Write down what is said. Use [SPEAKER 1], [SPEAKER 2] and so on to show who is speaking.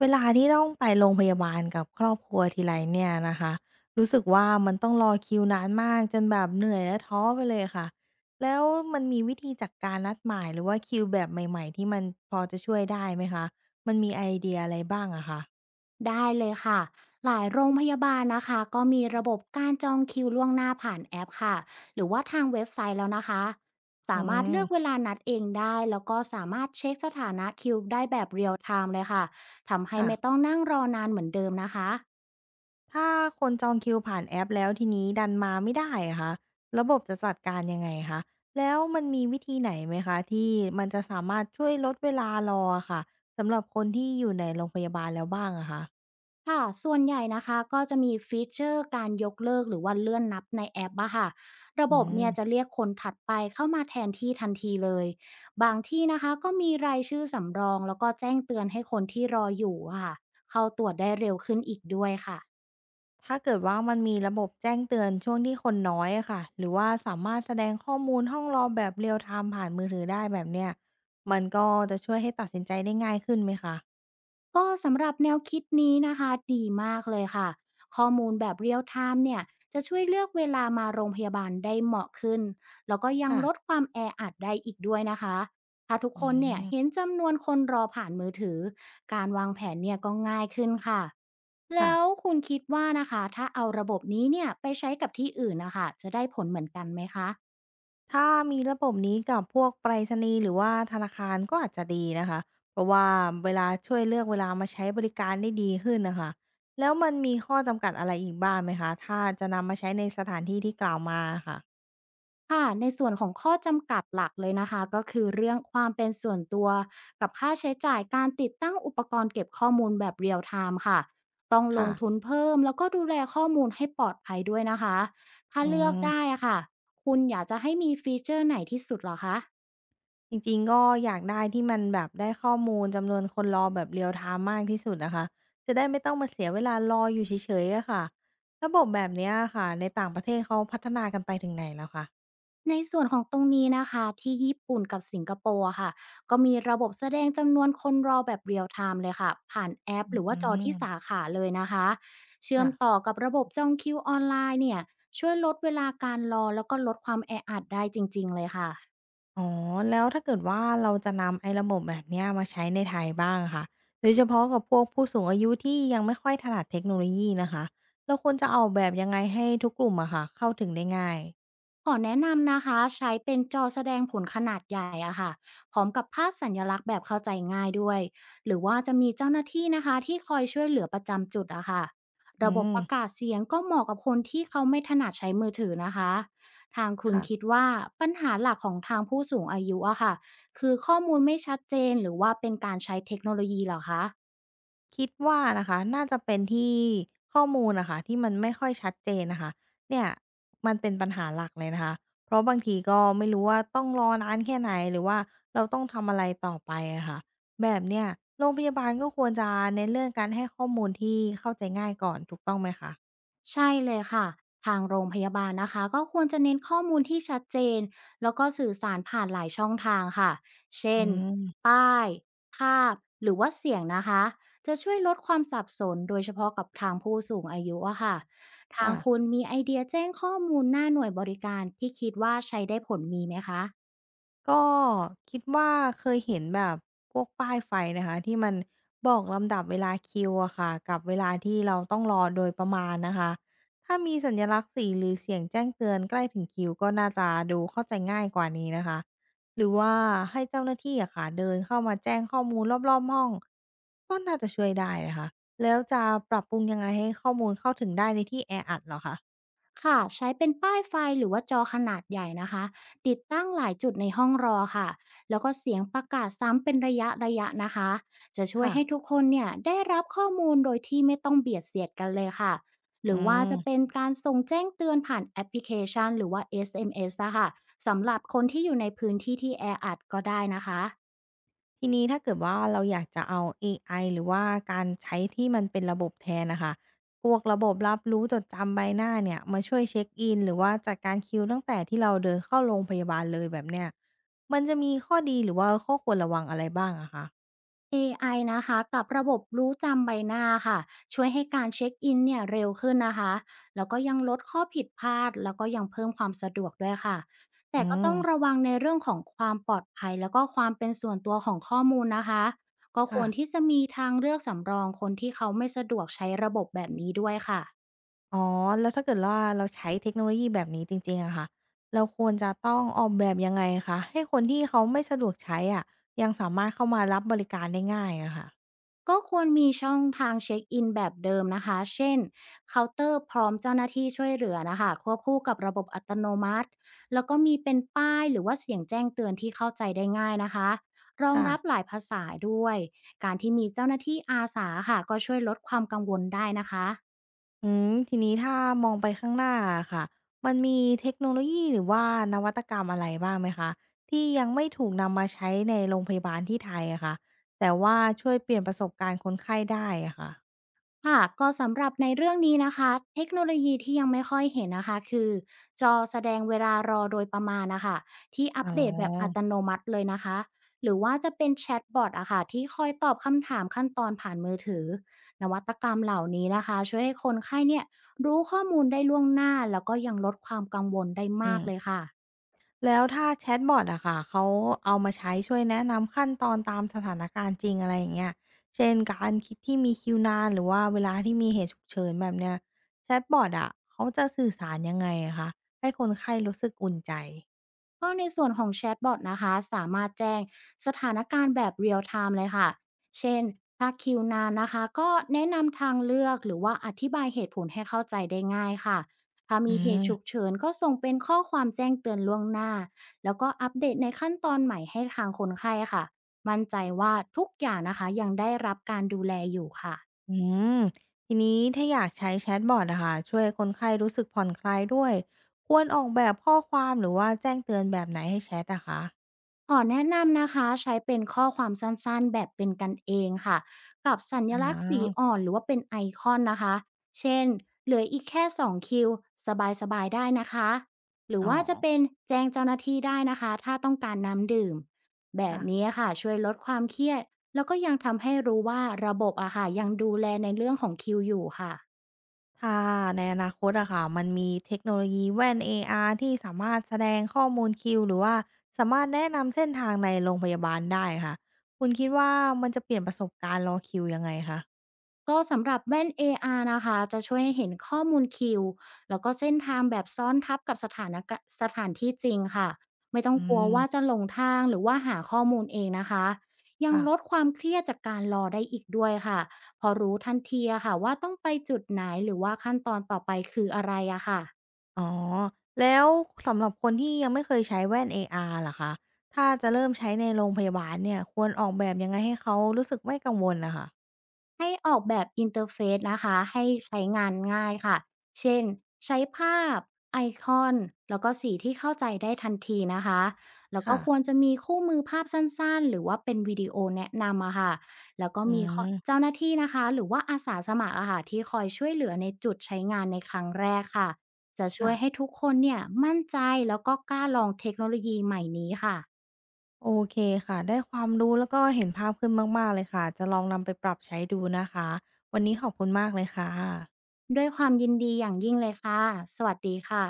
[SPEAKER 1] เวลาที่ต้องไปโรงพยาบาลกับครอบครัวทีไรเนี่ยนะคะรู้สึกว่ามันต้องรอคิวนานมากจนแบบเหนื่อยและท้อไปเลยค่ะแล้วมันมีวิธีจัดการนัดหมายหรือว่าคิวแบบใหม่ๆที่มันพอจะช่วยได้ไหมคะมันมีไอเดียอะไรบ้างอะคะ
[SPEAKER 2] ได้เลยค่ะหลายโรงพยาบาลนะคะก็มี
[SPEAKER 1] อื
[SPEAKER 2] ระบบ
[SPEAKER 1] ม
[SPEAKER 2] การจองคิวล่วงหน้าผ่านแอปค่ะหรือว่าทางเว็บไซต์แล้วนะคะ
[SPEAKER 1] อื
[SPEAKER 2] สามารถเลือกเว
[SPEAKER 1] ม
[SPEAKER 2] ลานัดเองได้แล้วก็สามารถเช็คสถานะคิวได้แบบเรียลไทม์เลยค่ะทำให้
[SPEAKER 1] ค่ะ
[SPEAKER 2] ไม่ต้องนั่งรอนานเหมือนเดิมนะคะ
[SPEAKER 1] ถ้าคนจองคิวผ่านแอปแล้วทีนี้ดันมาไม่ได้อะคะระบบจะจัดการยังไงคะแล้วมันมีวิธีไหนไหมคะที่มันจะสามารถช่วยลดเวลารออะค่ะสำหรับคนที่อยู่ในโรงพยาบาลแล้วบ้างอะคะ
[SPEAKER 2] ค่ะ ส่วนใหญ่นะคะก็จะมีฟีเจอร์การยกเลิกหรือว่าเลื่อนนับในแอปอะค่ะ ระ
[SPEAKER 1] อื
[SPEAKER 2] บบเนี่ยจะ
[SPEAKER 1] ม
[SPEAKER 2] เรียกคนถัดไปเข้ามาแทนที่ทันทีเลย บางที่นะคะก็มีรายชื่อสำรองแล้วก็แจ้งเตือนให้คนที่รออยู่อะค่ะ เข้าตรวจได้เร็วขึ้นอีกด้วยค่ะ
[SPEAKER 1] ถ้าเกิดว่ามันมีระบบแจ้งเตือนช่วงที่คนน้อยอะค่ะหรือว่าสามารถแสดงข้อมูลห้องรอแบบเรี a ลไ i ม์ผ่านมือถือได้แบบเนี้ยมันก็จะช่วยให้ตัดสินใจได้ง่ายขึ้นไหมคะ
[SPEAKER 2] ก็สำหรับแนวคิดนี้นะคะดีมากเลยค่ะข้อมูลแบบเรียลไทม์เนี่ยจะช่วยเลือกเวลามาโรงพยาบาลได้เหมาะขึ้นแล้วก็ยัง
[SPEAKER 1] ค่ะ
[SPEAKER 2] ลดความแออัดได้อีกด้วยนะคะถ้าทุก
[SPEAKER 1] อื
[SPEAKER 2] คนเนี่ย
[SPEAKER 1] ม
[SPEAKER 2] เห็นจำนวนคนรอผ่านมือถือการวางแผนเนี่ยก็ง่ายขึ้นค่ะ
[SPEAKER 1] ค่ะ
[SPEAKER 2] แล้วคุณคิดว่านะคะถ้าเอาระบบนี้เนี่ยไปใช้กับที่อื่นนะคะจะได้ผลเหมือนกันไหมคะ
[SPEAKER 1] ถ้ามีระบบนี้กับพวกไปรษณีย์หรือว่าธนาคารก็อาจจะดีนะคะเพราะว่าเวลาช่วยเลือกเวลามาใช้บริการได้ดีขึ้นน่ะค่ะแล้วมันมีข้อจำกัดอะไรอีกบ้างไหมคะถ้าจะนำมาใช้ในสถานที่ที่กล่าวมาค่ะ
[SPEAKER 2] ค่ะในส่วนของข้อจำกัดหลักเลยนะคะก็คือเรื่องความเป็นส่วนตัวกับค่าใช้จ่ายการติดตั้งอุปกรณ์เก็บข้อมูลแบบเรียลไทม์ค่ะต้องล
[SPEAKER 1] ค่ะ
[SPEAKER 2] งทุนเพิ่มแล้วก็ดูแลข้อมูลให้ปลอดภัยด้วยนะคะถ้า
[SPEAKER 1] อื
[SPEAKER 2] เลือกได้
[SPEAKER 1] ม
[SPEAKER 2] อะค่ะคุณอยากจะให้มีฟีเจอร์ไหนที่สุดเหรอคะ
[SPEAKER 1] จริงๆก็อยากได้ที่มันแบบได้ข้อมูลจำนวนคนรอแบบเรียลไทม์มากที่สุดนะคะจะได้ไม่ต้องมาเสียเวลารออยู่เฉยๆอะค่ะระบบแบบเนี้ยะค่ะในต่างประเทศเขาพัฒนากันไปถึงไหนแล้วคะ
[SPEAKER 2] ในส่วนของตรงนี้นะคะที่ญี่ปุ่นกับสิงคโปร์อะค่ะก็มีระบบแสดงจำนวนคนรอแบบเรียลไทม์เลยค่ะผ่านแอป
[SPEAKER 1] อื
[SPEAKER 2] ห
[SPEAKER 1] อ
[SPEAKER 2] รือ
[SPEAKER 1] อื
[SPEAKER 2] ว่าจอ
[SPEAKER 1] ม
[SPEAKER 2] ที่สาขาเลยนะคะเชื่อม
[SPEAKER 1] ค่ะ
[SPEAKER 2] ต่อกับระบบจองคิวออนไลน์เนี่ยช่วยลดเวลาการรอแล้วก็ลดความแออัดได้จริงๆเลยค่ะ
[SPEAKER 1] อ๋อ แล้วถ้าเกิดว่าเราจะนำไอ้ระบบแบบเนี้ยมาใช้ในไทยบ้างอะค่ะโดยเฉพาะกับพวกผู้สูงอายุที่ยังไม่ค่อยถนัดเทคโนโลยีนะคะ เราควรจะออกแบบยังไงให้ทุกกลุ่มอะค่ะเข้าถึงได้ง่าย
[SPEAKER 2] ขอแนะนำนะคะใช้เป็นจอแสดงผลขนาดใหญ่อะค่ะพร้อมกับภาพสัญลักษณ์แบบเข้าใจง่ายด้วยหรือว่าจะมีเจ้าหน้าที่นะคะที่คอยช่วยเหลือประจำจุดอะค่ะ
[SPEAKER 1] อื
[SPEAKER 2] ระบบ
[SPEAKER 1] ม
[SPEAKER 2] ประกาศเสียงก็เหมาะกับคนที่เขาไม่ถนัดใช้มือถือนะคะทางคุณคิ
[SPEAKER 1] ค่ะ
[SPEAKER 2] ดว่าปัญหาหลักของทางผู้สูงอายุอะค่ะคือข้อมูลไม่ชัดเจนหรือว่าเป็นการใช้เทคโนโลยีเหรอคะ
[SPEAKER 1] คิดว่านะคะน่าจะเป็นที่ข้อมูลนะคะที่มันไม่ค่อยชัดเจนนะคะเนี่ยมันเป็นปัญหาหลักเลยนะคะเพราะบางทีก็ไม่รู้ว่าต้องรอนานแค่ไหนหรือว่าเราต้องทำอะไรต่อไปอะค่ะแบบเนี้ยโรงพยาบาลก็ควรจะเน้นเรื่องการให้ข้อมูลที่เข้าใจง่ายก่อนถูกต้องไหมคะ
[SPEAKER 2] ใช่เลยค่ะทางโรงพยาบาลนะคะก็ควรจะเน้นข้อมูลที่ชัดเจนแล้วก็สื่อสารผ่านหลายช่องทางค่ะเช่
[SPEAKER 1] อื
[SPEAKER 2] น
[SPEAKER 1] ม
[SPEAKER 2] ป้ายภาพหรือว่าเสียงนะคะจะช่วยลดความสับสนโดยเฉพาะกับทางผู้สูงอายุอะค่ะทา
[SPEAKER 1] ค่ะ
[SPEAKER 2] งคุณมีไอเดียแจ้งข้อมูลหน้าหน่วยบริการที่คิดว่าใช้ได้ผลมีไหมคะ
[SPEAKER 1] ก็คิดว่าเคยเห็นแบบพวกป้ายไฟนะคะที่มันบอกลำดับเวลาคิวอะค่ะกับเวลาที่เราต้องรอโดยประมาณนะคะถ้ามีสัญลักษณ์สีหรือเสียงแจ้งเตือนใกล้ถึงคิวก็น่าจะดูเข้าใจง่ายกว่านี้นะคะหรือว่าให้เจ้าหน้าที่อะค่ะเดินเข้ามาแจ้งข้อมูลรอบๆห้องก็น่าจะช่วยได้นะคะแล้วจะปรับปรุงยังไงให้ข้อมูลเข้าถึงได้ในที่แออัดเหรอคะ
[SPEAKER 2] ค่ะใช้เป็นป้ายไฟหรือว่าจอขนาดใหญ่นะคะติดตั้งหลายจุดในห้องรอค่ะแล้วก็เสียงประกาศซ้ำเป็นระยะระยะนะคะจะช่วย
[SPEAKER 1] ค่ะ
[SPEAKER 2] ให้ทุกคนเนี่ยได้รับข้อมูลโดยที่ไม่ต้องเบียดเสียดกันเลยค่ะห
[SPEAKER 1] อื
[SPEAKER 2] รือว่า
[SPEAKER 1] ม
[SPEAKER 2] จะเป็นการส่งแจ้งเตือนผ่านแอปพลิเคชันหรือว่า SMS อสเอ็มเอสอะค่ะสำหรับคนที่อยู่ในพื้นที่ที่แออัดก็ได้นะคะ
[SPEAKER 1] ทีนี้ถ้าเกิดว่าเราอยากจะเอาเอไอหรือว่าการใช้ที่มันเป็นระบบแทนน่ะค่ะพวกระบบรับรู้จดจำใบหน้าเนี่ยมาช่วยเช็กอินหรือว่าจัดการคิวตั้งแต่ที่เราเดินเข้าโรงพยาบาลเลยแบบเนี้ยมันจะมีข้อดีหรือว่าข้อควรระวังอะไรบ้างอะคะ
[SPEAKER 2] เอไอนะคะกับระบบรู้จำใบหน้าค่ะช่วยให้การเช็คอินเนี่ยเร็วขึ้นนะคะแล้วก็ยังลดข้อผิดพลาดแล้วก็ยังเพิ่มความสะดวกด้วยค่ะแต่
[SPEAKER 1] อื
[SPEAKER 2] ก็
[SPEAKER 1] ม
[SPEAKER 2] ต้องระวังในเรื่องของความปลอดภัยแล้วก็ความเป็นส่วนตัวของข้อมูลนะคะก็ค
[SPEAKER 1] ค่ะ
[SPEAKER 2] วรที่จะมีทางเลือกสำรองคนที่เขาไม่สะดวกใช้ระบบแบบนี้ด้วยค่ะ
[SPEAKER 1] อ๋อแล้วถ้าเกิดว่าเราใช้เทคโนโลยีแบบนี้จริงๆอะค่ะเราควรจะต้องออกแบบยังไงคะให้คนที่เขาไม่สะดวกใช้อะยังสามารถเข้ามารับบริการได้ง่ายอะค่ะ
[SPEAKER 2] ก็ควรมีช่องทางเช็คอินแบบเดิมนะคะเช่นเคาน์เตอร์พร้อมเจ้าหน้าที่ช่วยเหลือนะคะควบคู่กับระบบอัตโนมัติแล้วก็มีเป็นป้ายหรือว่าเสียงแจ้งเตือนที่เข้าใจได้ง่ายนะคะรอง
[SPEAKER 1] ค่ะ
[SPEAKER 2] รับหลายภาษาด้วยการที่มีเจ้าหน้าที่อาสาค่ะก็ช่วยลดความกังวลได้นะคะ
[SPEAKER 1] อืมทีนี้ถ้ามองไปข้างหน้าอะค่ะมันมีเทคโนโลยีหรือว่านวัตกรรมอะไรบ้างไหมคะที่ยังไม่ถูกนำมาใช้ในโรงพยาบาลที่ไทยอะค่ะแต่ว่าช่วยเปลี่ยนประสบการณ์คนไข้ได้อะค่ะ
[SPEAKER 2] ค่ะก็สำหรับในเรื่องนี้นะคะเทคโนโลยีที่ยังไม่ค่อยเห็นนะคะ คือจอแสดงเวลารอโดยประมาณนะคะที่อั
[SPEAKER 1] อ๋
[SPEAKER 2] ป
[SPEAKER 1] อ
[SPEAKER 2] เดตแบบอัตโนมัติเลยนะคะหรือว่าจะเป็นแชทบอทอะค่ะที่คอยตอบคำถามขั้นตอนผ่านมือถือ นวัตกรรมเหล่านี้นะคะช่วยให้คนไข้เนี่ยรู้ข้อมูลได้ล่วงหน้าแล้วก็ยังลดความกังวลได้
[SPEAKER 1] อื
[SPEAKER 2] มาก
[SPEAKER 1] ม
[SPEAKER 2] เลยค่ะ
[SPEAKER 1] แล้วถ้าแชตบอตอะค่ะเขาเอามาใช้ช่วยแนะนำขั้นตอนตามสถานการณ์จริงอะไรอย่างเงี้ยเช่นการคิดที่มีคิวนานหรือว่าเวลาที่มีเหตุฉุกเฉินแบบเนี้ยแชตบอตอะเขาจะสื่อสารยังไงอะคะให้คนไข้รู้สึกอุ่นใจ
[SPEAKER 2] ก็ในส่วนของแชทบอตนะคะสามารถแจ้งสถานการณ์แบบเรียลไทม์เลยค่ะเช่นถ้าคิวนานนะคะก็แนะนำทางเลือกหรือว่าอธิบายเหตุผลให้เข้าใจได้ง่ายค่ะถ้า
[SPEAKER 1] อื
[SPEAKER 2] มีเหตุฉุก
[SPEAKER 1] ม
[SPEAKER 2] เฉินก็ส่งเป็นข้อความแจ้งเตือนล่วงหน้าแล้วก็อัปเดตในขั้นตอนใหม่ให้ทางคนไข้ค่ะมั่นใจว่าทุกอย่างนะคะยังได้รับการดูแลอยู่ค่ะ
[SPEAKER 1] อืมทีนี้ถ้าอยากใช้แชทบอทอะค่ะช่วยคนไข้รู้สึกผ่อนคลายด้วยควรออกแบบข้อความหรือว่าแจ้งเตือนแบบไหนให้แชทอะคะ
[SPEAKER 2] ขอแนะนำนะคะใช้เป็นข้อความสั้นๆ แบบเป็นกันเองค่ะกับสัญลักษณ์สีอ่
[SPEAKER 1] ออ
[SPEAKER 2] อนหรือว่าเป็นไอคอนนะคะเช่นเหลืออีกแค่2คิวสบายๆ ได้นะคะหรือ
[SPEAKER 1] อ๋อ
[SPEAKER 2] ว่าจะเป็นแจ้งเจ้าหน้าที่ได้นะคะถ้าต้องการน้ำดื่มแบบ
[SPEAKER 1] ค่ะ
[SPEAKER 2] นี้ค่ะช่วยลดความเครียดแล้วก็ยังทำให้รู้ว่าระบบอะค่ะยังดูแลในเรื่องของคิวอยู่ค่ะ
[SPEAKER 1] ถ้าในอนาคตอะค่ะมันมีเทคโนโลยีแว่นเออาร์ที่สามารถแสดงข้อมูลคิวหรือว่าสามารถแนะนำเส้นทางในโรงพยาบาลได้ค่ะคุณคิดว่ามันจะเปลี่ยนประสบการณ์รอคิวยังไงคะ
[SPEAKER 2] ก็สำหรับแว่น AR นะคะจะช่วยให้เห็นข้อมูลคิวแล้วก็เส้นทางแบบซ้อนทับกับสถานที่จริงค่ะไม่ต้อ
[SPEAKER 1] อื
[SPEAKER 2] งกลัว
[SPEAKER 1] ม
[SPEAKER 2] ว่าจะหลงทางหรือว่าหาข้อมูลเองนะคะยัง
[SPEAKER 1] ค่ะ
[SPEAKER 2] ลดความเครียดจากการรอได้อีกด้วยค่ะพอรู้ทันทีอะค่ะว่าต้องไปจุดไหนหรือว่าขั้นตอนต่อไปคืออะไรอะค่ะ
[SPEAKER 1] อ๋อแล้วสำหรับคนที่ยังไม่เคยใช้แว่น AR ล่ะคะถ้าจะเริ่มใช้ในโรงพยาบาลเนี่ยควรออกแบบยังไงให้เขารู้สึกไม่กังวลน่ะค่ะ
[SPEAKER 2] ให้ออกแบบอินเทอร์เฟซนะคะให้ใช้งานง่ายค่ะเช่นใช้ภาพไอคอนแล้วก็สีที่เข้าใจได้ทันทีนะคะแล้วก็
[SPEAKER 1] ค่ะ
[SPEAKER 2] ควรจะมีคู่มือภาพสั้นๆหรือว่าเป็นวิดีโอแนะนำอะค่ะแล้วก็
[SPEAKER 1] อื
[SPEAKER 2] มีข้อ
[SPEAKER 1] ม
[SPEAKER 2] เจ้าหน้าที่นะคะหรือว่าอาสาสมัครอะค่ะที่คอยช่วยเหลือในจุดใช้งานในครั้งแรกค่ะจะช่
[SPEAKER 1] ค่ะ
[SPEAKER 2] วยให้ทุกคนเนี่ยมั่นใจแล้วก็กล้าลองเทคโนโลยีใหม่นี้ค่ะ
[SPEAKER 1] โอเคค่ะได้ความรู้แล้วก็เห็นภาพขึ้นมากๆเลยค่ะจะลองนำไปปรับใช้ดูนะคะวันนี้ขอบคุณมากเลยค่ะ
[SPEAKER 2] ด้วยความยินดีอย่างยิ่งเลยค่ะสวัสดีค่ะ